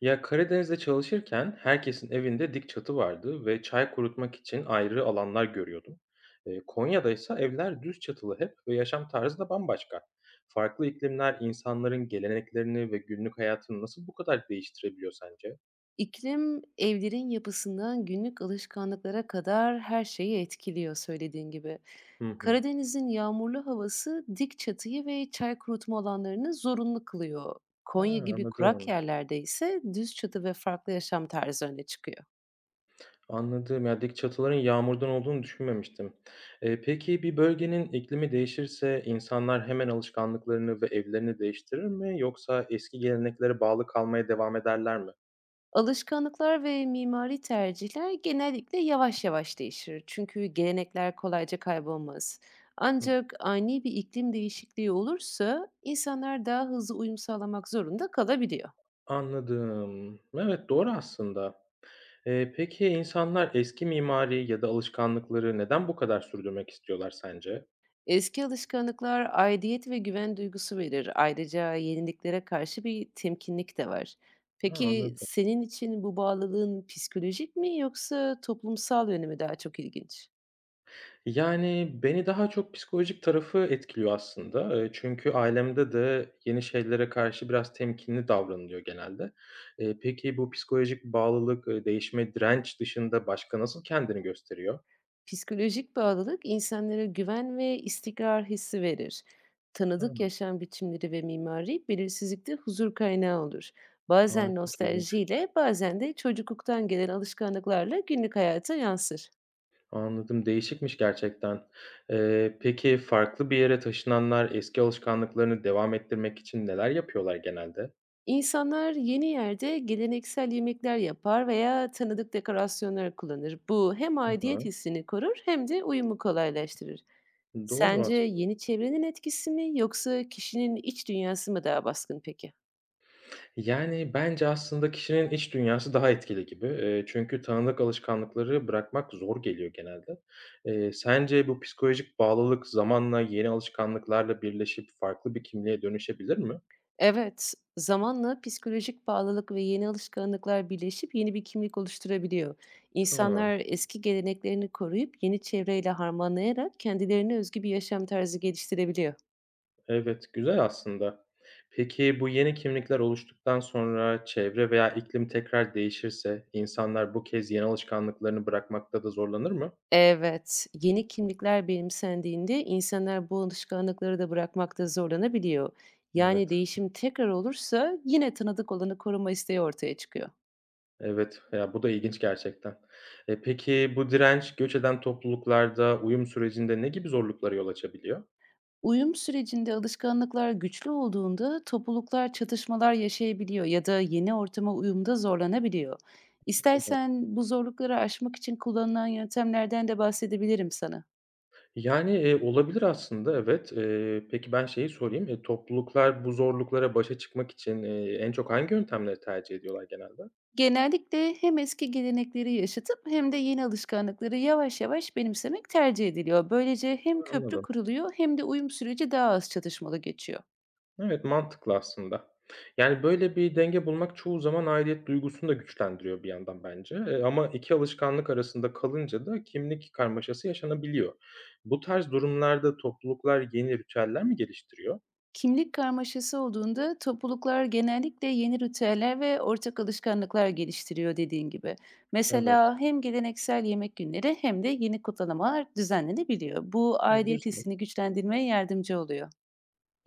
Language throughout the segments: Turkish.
Ya Karadeniz'de çalışırken herkesin evinde dik çatı vardı ve çay kurutmak için ayrı alanlar görüyordum. Konya'da ise evler düz çatılı hep ve yaşam tarzı da bambaşka. Farklı iklimler insanların geleneklerini ve günlük hayatını nasıl bu kadar değiştirebiliyor sence? İklim, evlerin yapısından günlük alışkanlıklara kadar her şeyi etkiliyor söylediğin gibi. Hı hı. Karadeniz'in yağmurlu havası dik çatıyı ve çay kurutma alanlarını zorunlu kılıyor. Ha, Konya gibi kurak anladım. yerlerde ise düz çatı ve farklı yaşam tarzı öne çıkıyor. Anladım. Ya dik çatıların yağmurdan olduğunu düşünmemiştim. Peki bir bölgenin iklimi değişirse insanlar hemen alışkanlıklarını ve evlerini değiştirir mi yoksa eski geleneklere bağlı kalmaya devam ederler mi? Alışkanlıklar ve mimari tercihler genellikle yavaş yavaş değişir. Çünkü gelenekler kolayca kaybolmaz. Hı, Ancak ani bir iklim değişikliği olursa insanlar daha hızlı uyum sağlamak zorunda kalabiliyor. anladım. Evet, doğru aslında. Peki insanlar eski mimari ya da alışkanlıkları neden bu kadar sürdürmek istiyorlar sence? Eski alışkanlıklar aidiyet ve güven duygusu verir. Ayrıca yeniliklere karşı bir temkinlik de var. Ha, Peki anladım. senin için bu bağlılığın psikolojik mi yoksa toplumsal yönü mü daha çok ilginç? Yani, beni daha çok psikolojik tarafı etkiliyor aslında. Çünkü ailemde de yeni şeylere karşı biraz temkinli davranılıyor genelde. Peki bu psikolojik bağlılık, değişime direnç dışında başka nasıl kendini gösteriyor? Psikolojik bağlılık insanlara güven ve istikrar hissi verir. Tanıdık Hımm. yaşam biçimleri ve mimari belirsizlikte huzur kaynağı olur. A, Bazen çok ilginç. nostaljiyle, bazen de çocukluktan gelen alışkanlıklarla günlük hayata yansır. Anladım, değişikmiş gerçekten. Peki farklı bir yere taşınanlar eski alışkanlıklarını devam ettirmek için neler yapıyorlar genelde? İnsanlar yeni yerde geleneksel yemekler yapar veya tanıdık dekorasyonlar kullanır. Bu hem Hı aidiyet hı. hissini korur hem de uyumu kolaylaştırır. Doğru Sence aslında. yeni çevrenin etkisi mi yoksa kişinin iç dünyası mı daha baskın peki? Yani bence aslında kişinin iç dünyası daha etkili gibi. Çünkü tanıdık alışkanlıkları bırakmak zor geliyor genelde. Sence bu psikolojik bağlılık zamanla yeni alışkanlıklarla birleşip farklı bir kimliğe dönüşebilir mi? Evet, zamanla psikolojik bağlılık ve yeni alışkanlıklar birleşip yeni bir kimlik oluşturabiliyor. Tamam. İnsanlar eski geleneklerini koruyup yeni çevreyle harmanlayarak kendilerine özgü bir yaşam tarzı geliştirebiliyor. Evet, güzel aslında. Peki bu yeni kimlikler oluştuktan sonra çevre veya iklim tekrar değişirse insanlar bu kez yeni alışkanlıklarını bırakmakta da zorlanır mı? Evet, yeni kimlikler benimsendiğinde insanlar bu alışkanlıkları da bırakmakta zorlanabiliyor. Yani Evet. değişim tekrar olursa yine tanıdık olanı koruma isteği ortaya çıkıyor. Evet, ya bu da ilginç gerçekten. Peki bu direnç göç eden topluluklarda uyum sürecinde ne gibi zorluklara yol açabiliyor? Uyum sürecinde alışkanlıklar güçlü olduğunda topluluklar çatışmalar yaşayabiliyor ya da yeni ortama uyumda zorlanabiliyor. Anladım. İstersen bu zorlukları aşmak için kullanılan yöntemlerden de bahsedebilirim sana. Yani olabilir aslında evet. Peki ben şeyi sorayım. Topluluklar bu zorluklara başa çıkmak için en çok hangi yöntemleri tercih ediyorlar genelde? Genellikle hem eski gelenekleri yaşatıp hem de yeni alışkanlıkları yavaş yavaş benimsemek tercih ediliyor. Böylece hem köprü Anladım. kuruluyor hem de uyum süreci daha az çatışmalı geçiyor. Evet, mantıklı aslında. Yani, böyle bir denge bulmak çoğu zaman aidiyet duygusunu da güçlendiriyor bir yandan bence, ama 2 alışkanlık arasında kalınca da kimlik karmaşası yaşanabiliyor. Bu tarz durumlarda topluluklar yeni ritüeller mi geliştiriyor? Kimlik karmaşası olduğunda topluluklar genellikle yeni ritüeller ve ortak alışkanlıklar geliştiriyor dediğin gibi. Evet. Mesela hem geleneksel yemek günleri hem de yeni kutlamalar düzenlenebiliyor. Bu aidiyet Güzel. hissini güçlendirmeye yardımcı oluyor.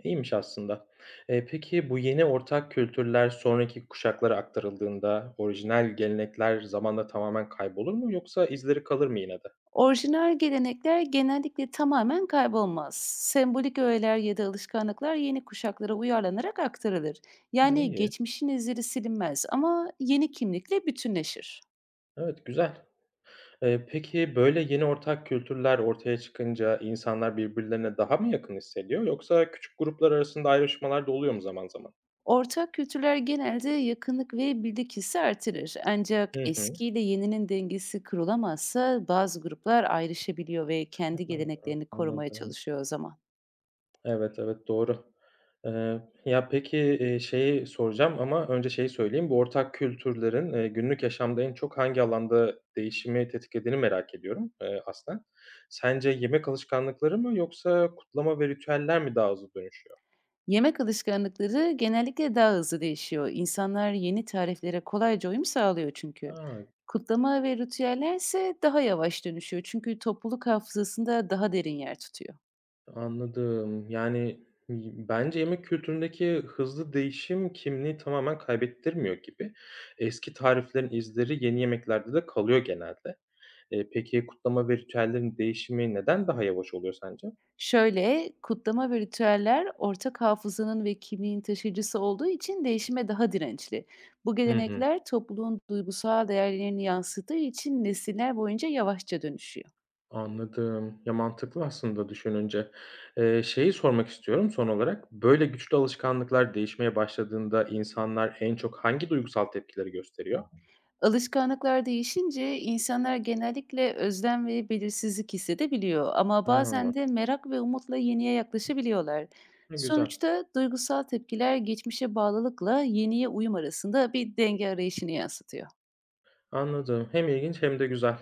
İyiymiş aslında. Peki bu yeni ortak kültürler sonraki kuşaklara aktarıldığında orijinal gelenekler zamanla tamamen kaybolur mu yoksa izleri kalır mı yine de? Orijinal gelenekler genellikle tamamen kaybolmaz. Sembolik öğeler ya da alışkanlıklar yeni kuşaklara uyarlanarak aktarılır. Ha, Yani iyi. geçmişin izleri silinmez ama yeni kimlikle bütünleşir. Evet, güzel. Peki, böyle yeni ortak kültürler ortaya çıkınca insanlar birbirlerine daha mı yakın hissediyor yoksa küçük gruplar arasında ayrışmalar da oluyor mu zaman zaman? Ortak kültürler genelde yakınlık ve bildik hissi artırır. Ancak Hı hı. eski ile yeninin dengesi kırılamazsa bazı gruplar ayrışabiliyor ve kendi A, geleneklerini korumaya anladım. çalışıyor o zaman. Evet, evet, doğru. Ya, peki, şeyi soracağım ama önce şeyi söyleyeyim. Bu ortak kültürlerin, günlük yaşamda en çok hangi alanda değişimi tetiklediğini merak ediyorum, aslında. Sence yemek alışkanlıkları mı yoksa kutlama ve ritüeller mi daha hızlı dönüşüyor? Yemek alışkanlıkları genellikle daha hızlı değişiyor. İnsanlar yeni tariflere kolayca uyum sağlıyor çünkü. A! Kutlama ve ritüeller ise daha yavaş dönüşüyor çünkü topluluk hafızasında daha derin yer tutuyor. Anladım. Yani, y bence yemek kültüründeki hızlı değişim kimliği tamamen kaybettirmiyor gibi. Eski tariflerin izleri yeni yemeklerde de kalıyor genelde. Peki kutlama ve ritüellerin değişimi neden daha yavaş oluyor sence? Şöyle, kutlama ve ritüeller ortak hafızanın ve kimliğin taşıyıcısı olduğu için değişime daha dirençli. Bu Hı hı. gelenekler topluluğun duygusal değerlerini yansıttığı için nesiller boyunca yavaşça dönüşüyor. Anladım. Ya, mantıklı aslında düşününce. Şeyi sormak istiyorum son olarak. Böyle güçlü alışkanlıklar değişmeye başladığında insanlar en çok hangi duygusal tepkileri gösteriyor? Alışkanlıklar değişince insanlar genellikle özlem ve belirsizlik hissedebiliyor ama bazen A! de merak ve umutla yeniye yaklaşabiliyorlar. Ne güzel. Sonuçta duygusal tepkiler geçmişe bağlılıkla yeniye uyum arasında bir denge arayışını yansıtıyor. Anladım. Hem ilginç hem de güzel.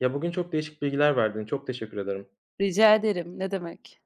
Ya, bugün çok değişik bilgiler verdin. Çok teşekkür ederim. Rica ederim, ne demek?